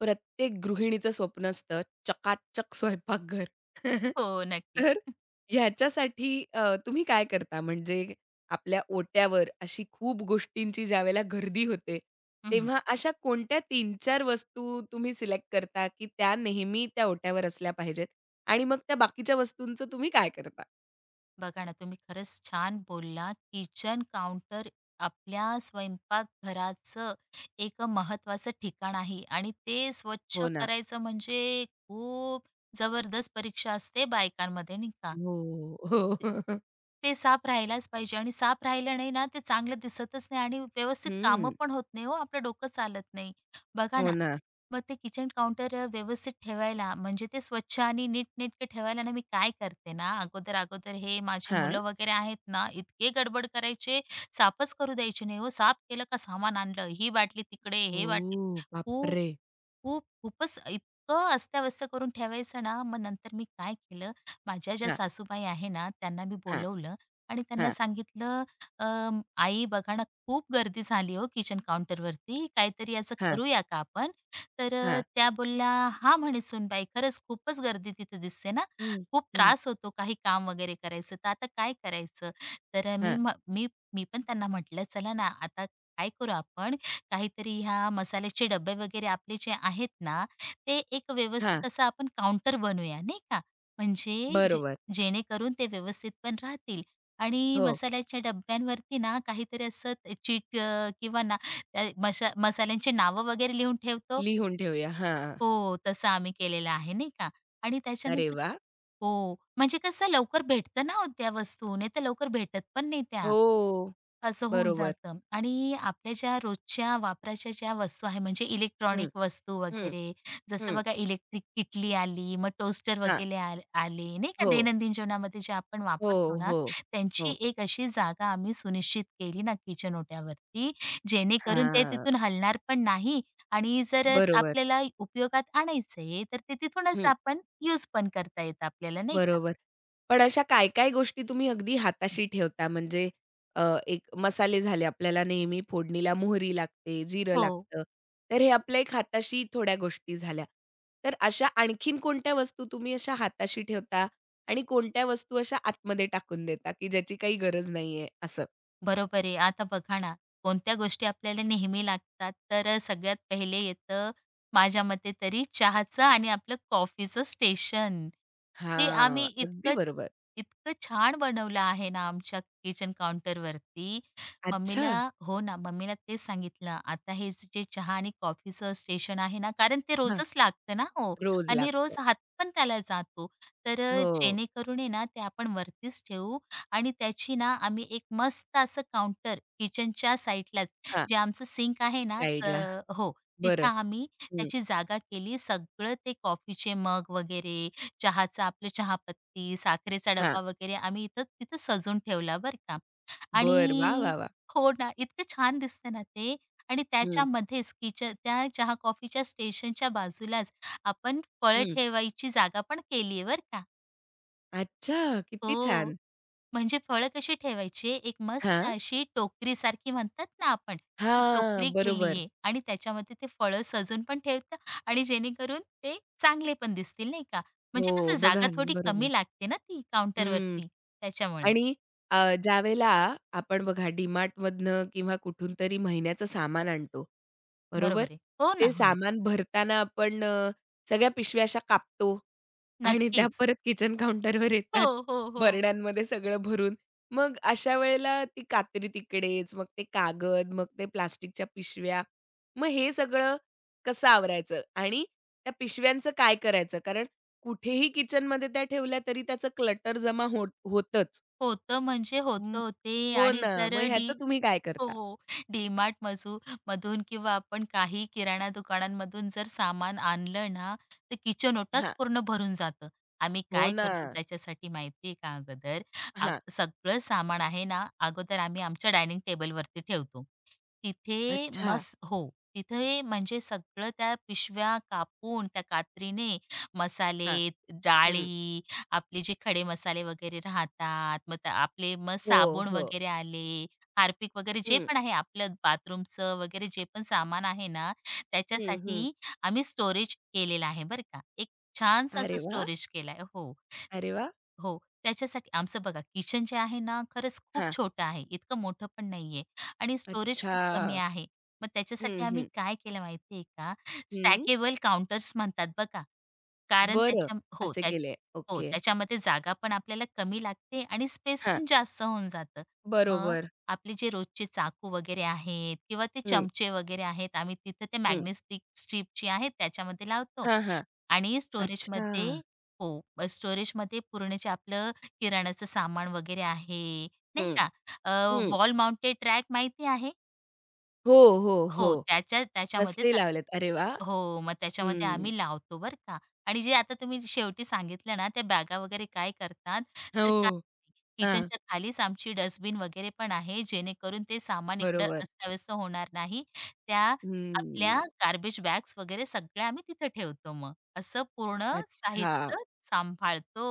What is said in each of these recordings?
प्रत्येक गृहिणीचं स्वप्न असतं चकाचक स्वयंपाकघर. हो, नक्कीच. तर ह्याच्यासाठी तुम्ही काय करता? म्हणजे आपल्या ओट्यावर अशी खूप गोष्टींची ज्यावेळेला गर्दी होते, हं, तेव्हा अशा कोणत्या 3-4 वस्तू तुम्ही सिलेक्ट करता, की त्या नेहमी त्या ओट्यावर असल्या पाहिजेत? आणि मग त्या बाकीच्या वस्तूंचं तुम्ही काय करता? बघा ना, तुम्ही खरंच छान बोलला. किचन काउंटर आपल्या स्वयंपाकघराचं एक महत्त्वाचं ठिकाण आहे आणि ते स्वच्छ हो ना. करायचं म्हणजे खूप जबरदस्त परीक्षा असते बायकांमध्ये, नाही का? हो, हो. ते ते साफ राहायलाच पाहिजे आणि साफ राहिलं नाही ना, ते चांगलं दिसतच नाही आणि व्यवस्थित कामं हं. पण होत नाही हो, आपलं डोकं चालत नाही. बघा हो ना, ना. मग ते किचन काउंटर व्यवस्थित ठेवायला म्हणजे ते स्वच्छ आणि नीटनेटकं ठेवायला ना, मी काय करते ना, अगोदर अगोदर हे माझे हां. मुलं वगैरे आहेत ना, इतके गडबड करायचे, साफच करू द्यायचे नाही हो. साफ केलं का सामान आणलं, ही बाटली तिकडे, हे बाटली ओह! खूप बापरे! खूप, खूपच इतकं अस्ताव्यस्त करून ठेवायचं ना, मग नंतर मी काय केलं, माझ्या ज्या हां, सासूबाई आहे ना, त्यांना मी हां, बोलवलं आणि त्यांना हां, सांगितलं, "अ, आई बघा ना, खूप गर्दी झाली हो किचन काउंटरवरती, काहीतरी याचं हां, करूया का आपण?" तर हां. त्या बोलल्या, हा म्हणे सूनबाई, "खरंच खूपच गर्दी तिथं दिसते ना, हं, खूप हं. त्रास होतो काही काम वगैरे करायचं, तर आता काय करायचं?" तर मी हां, म्ह मी मी पण त्यांना म्हटलं, "चला ना, आता काय करू आपण काहीतरी ह्या मसाल्याचे डब्बे वगैरे आपले जे आहेत ना, ते एक हां. व्यवस्थित असं आपण काउंटर बनवूया नाही का? म्हणजे बरोबर. जेणेकरून ते व्यवस्थित पण राहतील आणि हो, मसाल्याच्या डब्यांवरती ना काहीतरी असं ते चीट किंवा ना अ, मशा मसाल्यांची नावं वगैरे लिहून ठेवतो लिहून ठेवूया. हां. हो, तसं आम्ही केलेलं आहे नाही का आणि अरे त्याच्यानंतर वाह! हो, म्हणजे कसं लवकर भेटतं ना हो त्या वस्तू, नाही तर लवकर भेटत पण नाही त्या. हो, असं होऊन बरोबर. जातं आणि आपल्या ज्या रोजच्या वापराच्या ज्या वस्तू आहे म्हणजे हं, इलेक्ट्रॉनिक वस्तू हं, वगैरे, जसं हं. बघा इलेक्ट्रिक किटली आली, मग टोस्टर हां. वगैरे आले नाही का हो, दैनंदिन जीवनामध्ये जे आपण वापरतो हो, ना, हो, हो. त्यांची एक अशी जागा आम्ही सुनिश्चित केली ना किचन ओट्यावरती, जेणेकरून ते हां, तिथून हलणार पण नाही आणि जर बरोबर. आपल्याला उपयोगात आणायचं आहे, तर ते तिथूनच हं. आपण यूज पण करता येतं आपल्याला, नाही का? बरोबर. पण अशा काय-काय गोष्टी तुम्ही अगदी हाताशी ठेवता? म्हणजे अ, एक मसाले झाले आपल्याला नेहमी फोडणीला मोहरी लागते, जिरं हो, लागतं. तर हे आपल्या एक हाताशी थोड्या गोष्टी झाल्या. तर अशा आणखीन कोणत्या वस्तू तुम्ही अशा हाताशी ठेवता आणि कोणत्या वस्तू अशा आतमध्ये टाकून देता, की ज्याची काही गरज नाहीये असं? बरोबर आहे. आता बघा ना, कोणत्या गोष्टी आपल्याला नेहमी लागतात, तर सगळ्यात पहिले येतं माझ्या मते तरी चहाचं आणि आपलं कॉफीचं स्टेशन. ते हां, आम्ही अगदी इतकं बरोबर. इतकं छान बनवलं आहे ना आमच्या किचन काउंटरवरती. अच्छा. मम्मीला हो ना, मम्मीला तेच सांगितलं, "आता हे जे चहा आणि कॉफीचं स्टेशन आहे ना, कारण ते हां. रोजच लागतं ना हो रोज आणि रोज लागतं. हात पण त्याला जातो. तर हो. जेणेकरून आहे ना, ते आपण वरतीच ठेवू आणि त्याची ना आम्ही एक मस्त असं काउंटर किचनच्या साईडलाच हां. जे आमचं सिंक आहे ना साइडला. अ, हो, तिथं बरं. आम्ही हं. त्याची जागा केली. सगळं ते कॉफीचे मग वगैरे चहाचा आपलं चहापत्ती, साखरेचा हां. डब्बा वगैरे आम्ही इथं तिथं सजवून ठेवला बरं का बरं. वाह, वाह, आणि वाह! हो ना, इतकं छान दिसतं ना ते आणि हं, त्याच्यामध्येच किचन त्या चहा कॉफीच्या स्टेशनच्या बाजूलाच आपण फळं हं. ठेवायची जागा पण केली आहे बरं का. अच्छा! किती हो. छान. म्हणजे फळं कशी ठेवायची? एक मस्त हां. अशी टोकरीसारखी म्हणतात ना आपण, ती टोकरी हां. बरोबर. केलीये आणि त्याच्यामध्ये ते फळं सजून पण ठेवतं आणि जेणेकरून ते चांगले पण दिसतील, नाही का? म्हणजे हो. कसं जागा बघा ना, थोडी बरोबर. कमी लागते ना ती हं. काउंटरवरती, त्याच्यामुळे. आणि ज्यावेळेला आपण बघा DMartमधनं किंवा कुठून तरी महिन्याचं सामान आणतो, बरोबर? बरोबर आहे. हो ना, ते हो ना. सामान भरताना आपण सगळ्या पिशव्या अशा कापतो आणि त्या नक्कीच. परत किचन काउंटरवर हो, येतात, हो, हो. बरण्यांमध्ये सगळं भरून. मग अशा वेळेला ती कात्री तिकडेच, मग ते कागद, मग ते प्लास्टिकच्या पिशव्या. मग हे सगळं कसं आवरायचं आणि त्या पिशव्यांचं काय करायचं? कारण कुठेही किचनमध्ये त्या ठेवल्या तरी त्याचं क्लटर जमा होत होतच. होतं म्हणजे हं. होतं ते हो आणि ना. जर मग ह्याचं डी तुम्ही काय हो, करता? हो. मजू मधून किंवा आपण काही किराणा दुकानांमधून जर सामान आणलं ना, तर किचन ओटंच हां. पूर्ण भरून जातं. आम्ही हो काय ना. करतो त्याच्यासाठी माहिती का अगोदर, हां. सगळं सामान आहे ना, अगोदर आम्ही आमच्या डायनिंग टेबलवरती ठेवतो. तिथे अच्छा. मस हो. तिथे म्हणजे सगळं त्या पिशव्या कापून त्या कात्रीने हां. मसाले, हं. डाळी, आपले जे खडे मसाले वगैरे राहतात, मग आपले मग हो, साबण हो. वगैरे आले, हार्पिक वगैरे जे हं, पण आहे आपलं बाथरूमचं वगैरे जे पण सामान आहे ना, हं, हं. त्याच्यासाठी आम्ही स्टोरेज केलेला आहे बरं का. एक छानसा अरे असं वाह! स्टोरेज केलाय. हो, अरे वाह! हो. त्याच्यासाठी आमचं बघा किचन जे आहे ना, खरंच खूप हां. छोटं आहे. इतकं मोठं पण नाहीये आणि स्टोरेज अच्छा. खूप कमी आहे. मग त्याच्यासाठी हं, आम्ही हं. काय केलं माहिती का, हं. स्टॅकेबल काउंटर्स म्हणतात बघा. कारण बरं. त्याच्या हो असे त्या केले. हो, ओके. त्याच्यामध्ये जागा पण आपल्याला कमी लागते आणि स्पेस हां. पण जास्त होऊन जातं. मग बरोबर. आपले जे रोजचे चाकू वगैरे आहेत किंवा ते हं, चमचे वगैरे आहेत, आम्ही तिथं ते हं. मॅग्नेस्टिक स्ट्रिप जी आहे त्याच्यामध्ये लावतो हां, हां. आणि अच्छा. हो, स्टोरेजमध्ये पूर्ण जे आपलं किराणाचं सामान वगैरे आहे, नाही हं, का? हं. वॉल माउंटेड रॅक माहिती आहे? हो, हो, हो. हो, त्याच्या त्याच्यामध्ये तसे सा लावलेत. अरे वाह! हो, मग त्याच्यामध्ये हं. आम्ही लावतो बरं का आणि जे आता तुम्ही शेवटी सांगितलं ना, त्या बॅगा वगैरे काय करतात, तर हो. हां. किचनच्या खालीच आमची डस्टबिन वगैरे पण आहे, जेणेकरून ते सामान इकडं बरोबर. अस्ताव्यस्त होणार नाही. त्या आपल्या हम्म. गार्बेज बॅग्स वगैरे सगळ्या आम्ही तिथं ठेवतो मग. असं पूर्ण अच्छा. साहित्य सांभाळतो.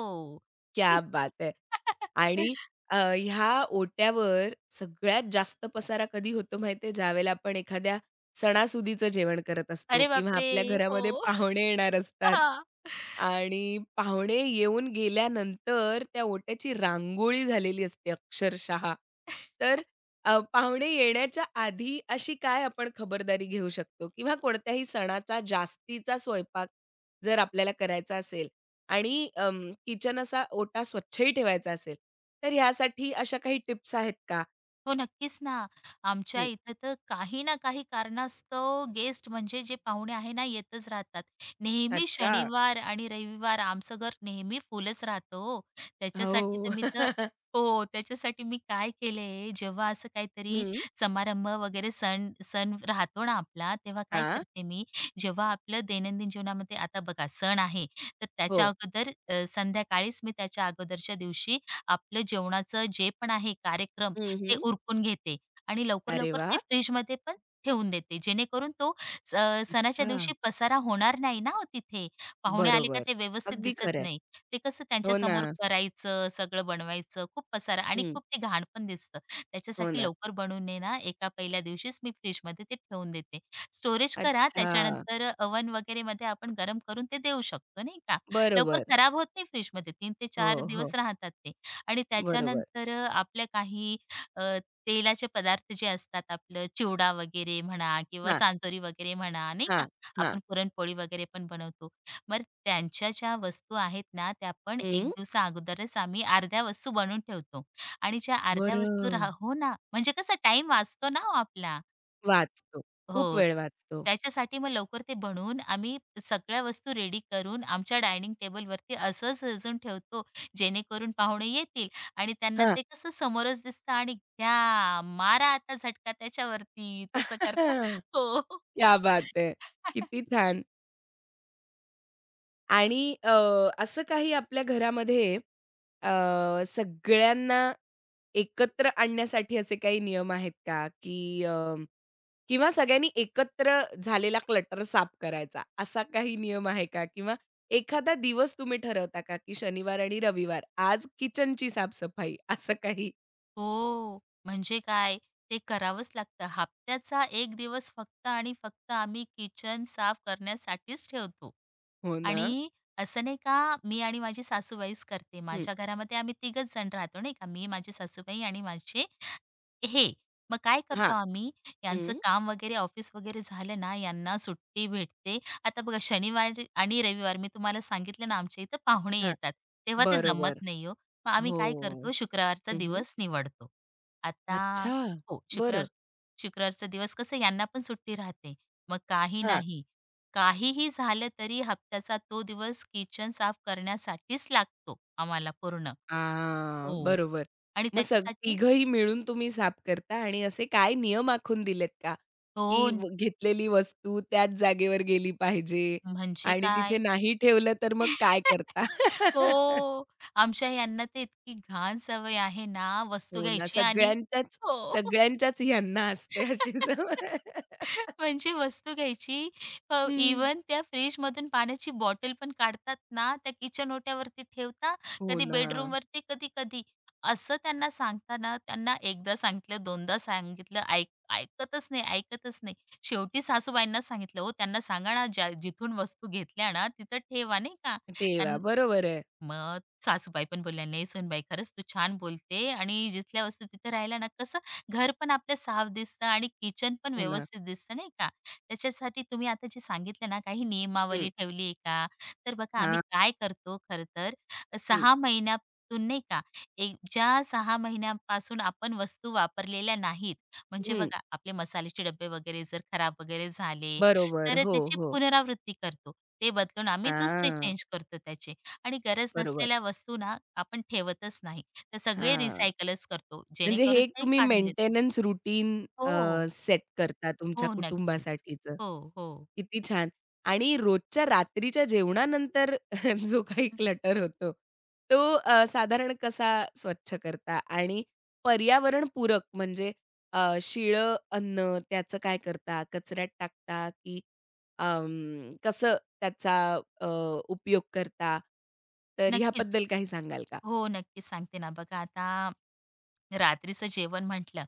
क्या बात है! आणि ह्या ओट्यावर सगळ्यात जास्त पसारा कधी होतो माहिती ज्यावेळेला आपण एखाद्या सणासुदीचं जेवण करत असतो अरे किंवा बापरे! आपल्या घरामध्ये हो. पाहुणे येणार असतात आणि पाहुणे येऊन गेल्यानंतर त्या ओट्याची रांगोळी झालेली असते अक्षरशः. तर पाहुणे येण्याच्या आधी अशी काय आपण खबरदारी घेऊ शकतो? किंवा कोणत्याही सणाचा जास्तीचा स्वयंपाक जर आपल्याला करायचा असेल, आणि किचन असा ओटा स्वच्छही ठेवायचा असेल, तर ह्यासाठी अशा काही टिप्स आहेत का? हो, नक्कीच ना. आमच्या हं. इथं तर काही ना काही कारणास्तव गेस्ट म्हणजे जे पाहुणे आहे ना येतच राहतात. नेहमी अच्छा. शनिवार आणि रविवार आमचं घर नेहमी फुलच राहतं हो. त्याच्यासाठी हो. तर मी तर हो, त्याच्यासाठी मी काय केले, जेव्हा असं काहीतरी हं. समारंभ वगैरे सण सण राहतो ना आपला, तेव्हा काय हां. करते मी, जेव्हा आपलं दैनंदिन जीवनामध्ये आता बघा सण आहे, तर हो. त्याच्या अगोदर संध्याकाळीच मी त्याच्या अगोदरच्या दिवशी आपलं जेवणाचं जे पण आहे कार्यक्रम हं, ते हं. उरकून घेते आणि अरे लवकर-लवकर ते वाह! फ्रिजमध्ये पण ठेवून देते. जेणेकरून तो सणाच्या अच्छा. दिवशी पसारा होणार नाही ना हो तिथे. पाहुणे आले का बरोबर. ते व्यवस्थित अगदी दिसत खरं नाही. ते कसं हो ना. त्यांच्यासमोर करायचं, सगळं बनवायचं, खूप पसारा आणि हं. खूप ते घाण पण दिसतं. हो त्याच्यासाठी ना. लवकर बनवून आहे ना, एका पहिल्या दिवशीच मी फ्रिजमध्ये ते ठेवून देते. स्टोरेज करा अच्छा. त्याच्यानंतर ओव्हन वगैरेमध्ये आपण गरम करून ते देऊ शकतो नाही का. लवकर बरोबर. खराब होत नाही फ्रिजमध्ये 3 ते हो, 4 हो. दिवस राहतात ते. आणि बरोबर. त्याच्यानंतर आपल्या काही अ, तेलाचे पदार्थ जे असतात आपलं चिवडा वगैरे म्हणा किंवा हां, सांजोरी वगैरे म्हणा नाही हां, का, हां. आपण पुरणपोळी वगैरे पण बनवतो. मग त्यांच्या ज्या वस्तू आहेत ना, त्या पण एक हं. दिवसा अगोदरच आम्ही अर्ध्या वस्तू बनवून ठेवतो आणि ज्या अर्ध्या वस्तू बरं. राह हो ना, म्हणजे कसा टाईम वाचतो ना हो आपला. वाचतो. खूप हो. वेळ वाचतो. त्याच्यासाठी मग लवकर ते बनवून आम्ही सगळ्या वस्तू रेडी करून आमच्या डायनिंग टेबलवरती असं सजून ठेवतो, जेणेकरून पाहुणे येतील आणि त्यांना हां. ते कसं समोरच दिसतं आणि घ्या, मारा आता झटका त्याच्यावरती, तसं करता. क्या हो. बात है! किती छान. आणि असं काही आपल्या घरामध्ये अ, सगळ्यांना एकत्र आणण्यासाठी असे काही नियम आहेत का? की किंवा सगळ्यांनी एकत्र झालेला क्लटर साफ करायचा, असा काही नियम आहे का? किंवा एखादा दिवस तुम्ही ठरवता का, की शनिवार आणि रविवार आज किचनची साफ-सफाई असं काही? हो, म्हणजे काय? ते करावंच लागतं. हप्त्याचा एक दिवस फक्त आणि फक्त आम्ही किचन साफ करण्यासाठीच ठेवतो. हो ना? आणि असं नाही का, मी आणि माझी सासूबाईच करते. हं. माझ्या घरामध्ये आम्ही तिघंच जण राहतो नाही का, मी, माझी सासूबाई आणि माझे हे. मग काय करतो हां. आम्ही, यांचं हं. काम वगैरे ऑफिस वगैरे झालं ना, यांना सुट्टी भेटते. आता बघा शनिवार आणि रविवार मी तुम्हाला सांगितलं ना, आमच्या इथं पाहुणे हां. येतात, तेव्हा ते जमत बरोबर. नाही हो. मग आम्ही हो. काय करतो, शुक्रवारचा हं, हं. दिवस निवडतो. आता अच्छा. हो, शुक्रवार बरं. शुक्रवारचा दिवस कसं यांना पण सुट्टी राहते. मग काही हां. नाही, काहीही झालं तरी हप्त्याचा तो दिवस किचन साफ करण्यासाठीच लागतो आम्हाला पूर्ण. आ, हो. बरोबर. आणि मग त्याच्यासाठी तिघंही मिळून तुम्ही साफ करता आणि असे काय नियम आखून दिलेत का? की हो, व घेतलेली वस्तू त्याच जागेवर गेली पाहिजे म्हणजे आणि तिथे काय? नाही ठेवलं तर मग काय करता? हो. आमच्या यांना ते इतकी घाण सवय आहे ना, वस्तू हो ना, घ्यायची आणि सगळ्यांच्याच हो. सगळ्यांच्याच ह्यांना असते अशी सवय. म्हणजे वस्तू घ्यायची अ, हं. त्या फ्रिजमधून पाण्याची बॉटल पण काढतात ना, त्या किचन ओट्यावरती ठेवता, हो कधी ना. बेडरूमवरती, कधी-कधी. असं त्यांना सांगताना त्यांना एकदा सांगितलं, दोनदा सांगितलं, ऐकतच नाही, ऐकतच नाही. शेवटी सासूबाईंना सांगितलं, "हो त्यांना सांगा ना, जिथून वस्तू घेतल्या ना, तिथं ठेवा," नाही का. ठेवा. त्यांना बरोबर आहे. मग सासूबाई पण बोलल्या, "नाही सूनबाई खरंच तू छान बोलते आणि जिथल्या वस्तू तिथे राहायला ना कसं घर पण आपलं साफ दिसतं आणि किचन पण हो ना. व्यवस्थित दिसतं नाही का? त्याच्यासाठी तुम्ही आता जे सांगितलं ना काही हं. नियमावली ठेवली आहे का?" तर बघा आम्ही हां. काय करतो खरं तर हं. 6 महिन्यातून नाही का एक ज्या 6 महिन्यापासून आपण वस्तू वापरलेल्या नाहीत, म्हणजे हं. बघा आपले मसाल्याचे डब्बे वगैरे जर खराब वगैरे झाले, बरोबर. तर हो, त्याची हो. पुनरावृत्ती करतो. ते बदलून आम्ही दुसरे हां. चेंज करतो त्याचे. आणि गरज बरोबर. नसलेल्या वस्तू ना आपण ठेवतच नाही. तर सगळे हां. रिसायकलच करतो, म्हणजे हे जेणेकरून एक ते तुम्ही काढून देतो. मेंटेनन्स रूटीन हो, सेट करता हो, तुमच्या नक्कीच. कुटुंबासाठीचं. हो, हो. किती छान. आणि रोजच्या रात्रीच्या जेवणानंतर जो काही हं, क्लटर होतो, तो साधारण कसा स्वच्छ करता? आणि पर्यावरणपूरक म्हणजे शिळं अन्न त्याचं काय करता? कचऱ्यात टाकता की कसं त्याचा अ, उपयोग करता? तर नक्कीच. ह्याबद्दल काही सांगाल का? हो, नक्कीच सांगते ना. बघा आता रात्रीचं जेवण म्हटलं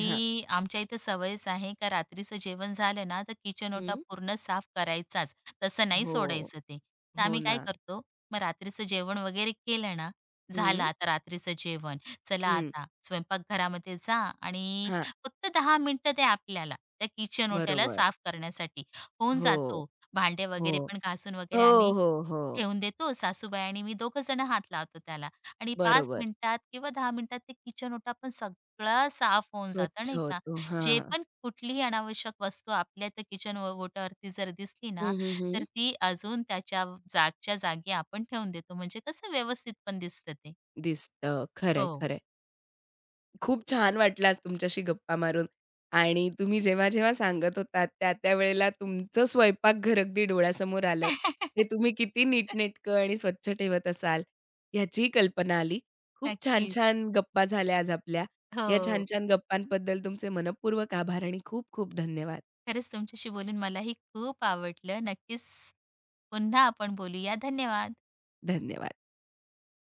हां. आमच्या इथं सवयच आहे का रात्रीचं जेवण झालं ना, तर किचन ओटा हं. पूर्ण साफ करायचाच. तसं नाही हो. सोडायचं ते. तर हो आम्ही काय ना. करतो, मग रात्रीचं जेवण वगैरे केलं ना, झालं हं, आता रात्रीचं जेवण. चला हं. आता स्वयंपाकघरामध्ये जा आणि हां, फक्त 10 मिनिटं द्या आपल्याला त्या किचन ओट्याला बरोबर. साफ करण्यासाठी. होऊन हो, जातो. भांडे हो. वगैरे पण घासून वगैरे हो, आम्ही हो, हो. ठेवून देतो. सासूबाई आणि मी दोघं जण हात लावतो त्याला. आणि 5 बरोबर. मिनिटात किंवा 10 मिनिटात ते किचन ओटा पण सगळा साफ होऊन जातं स्वच्छ नाही का. होतो. जे हां. पण कुठलीही अनावश्यक वस्तू आपल्या त्या किचन ओटावरती जर दिसली हं, ना, हं, तर हं. ती अजून त्याच्या जागच्या जागी आपण ठेवून देतो. म्हणजे कसं व्यवस्थित पण दिसतं ते. दिसतं. खरंय, हो. खरंय. खूप छान वाटलं आज तुमच्याशी गप्पा मारून आणि तुम्ही जेव्हा-जेव्हा सांगत होतात त्या-त्या वेळेला तुमचं स्वयंपाकघर अगदी डोळ्यासमोर आलं. ते तुम्ही किती नीटनेटकं आणि स्वच्छ ठेवत असाल ह्याचीही कल्पना आली. खूप नक्कीच. छान-छान गप्पा झाल्या आज आपल्या. या हो. छान-छान गप्पांबद्दल तुमचे मनःपूर्वक आभार आणि खूप-खूप धन्यवाद. खरंच तुमच्याशी बोलून मलाही खूप आवडलं. नक्कीच पुन्हा आपण बोलूया. धन्यवाद. धन्यवाद.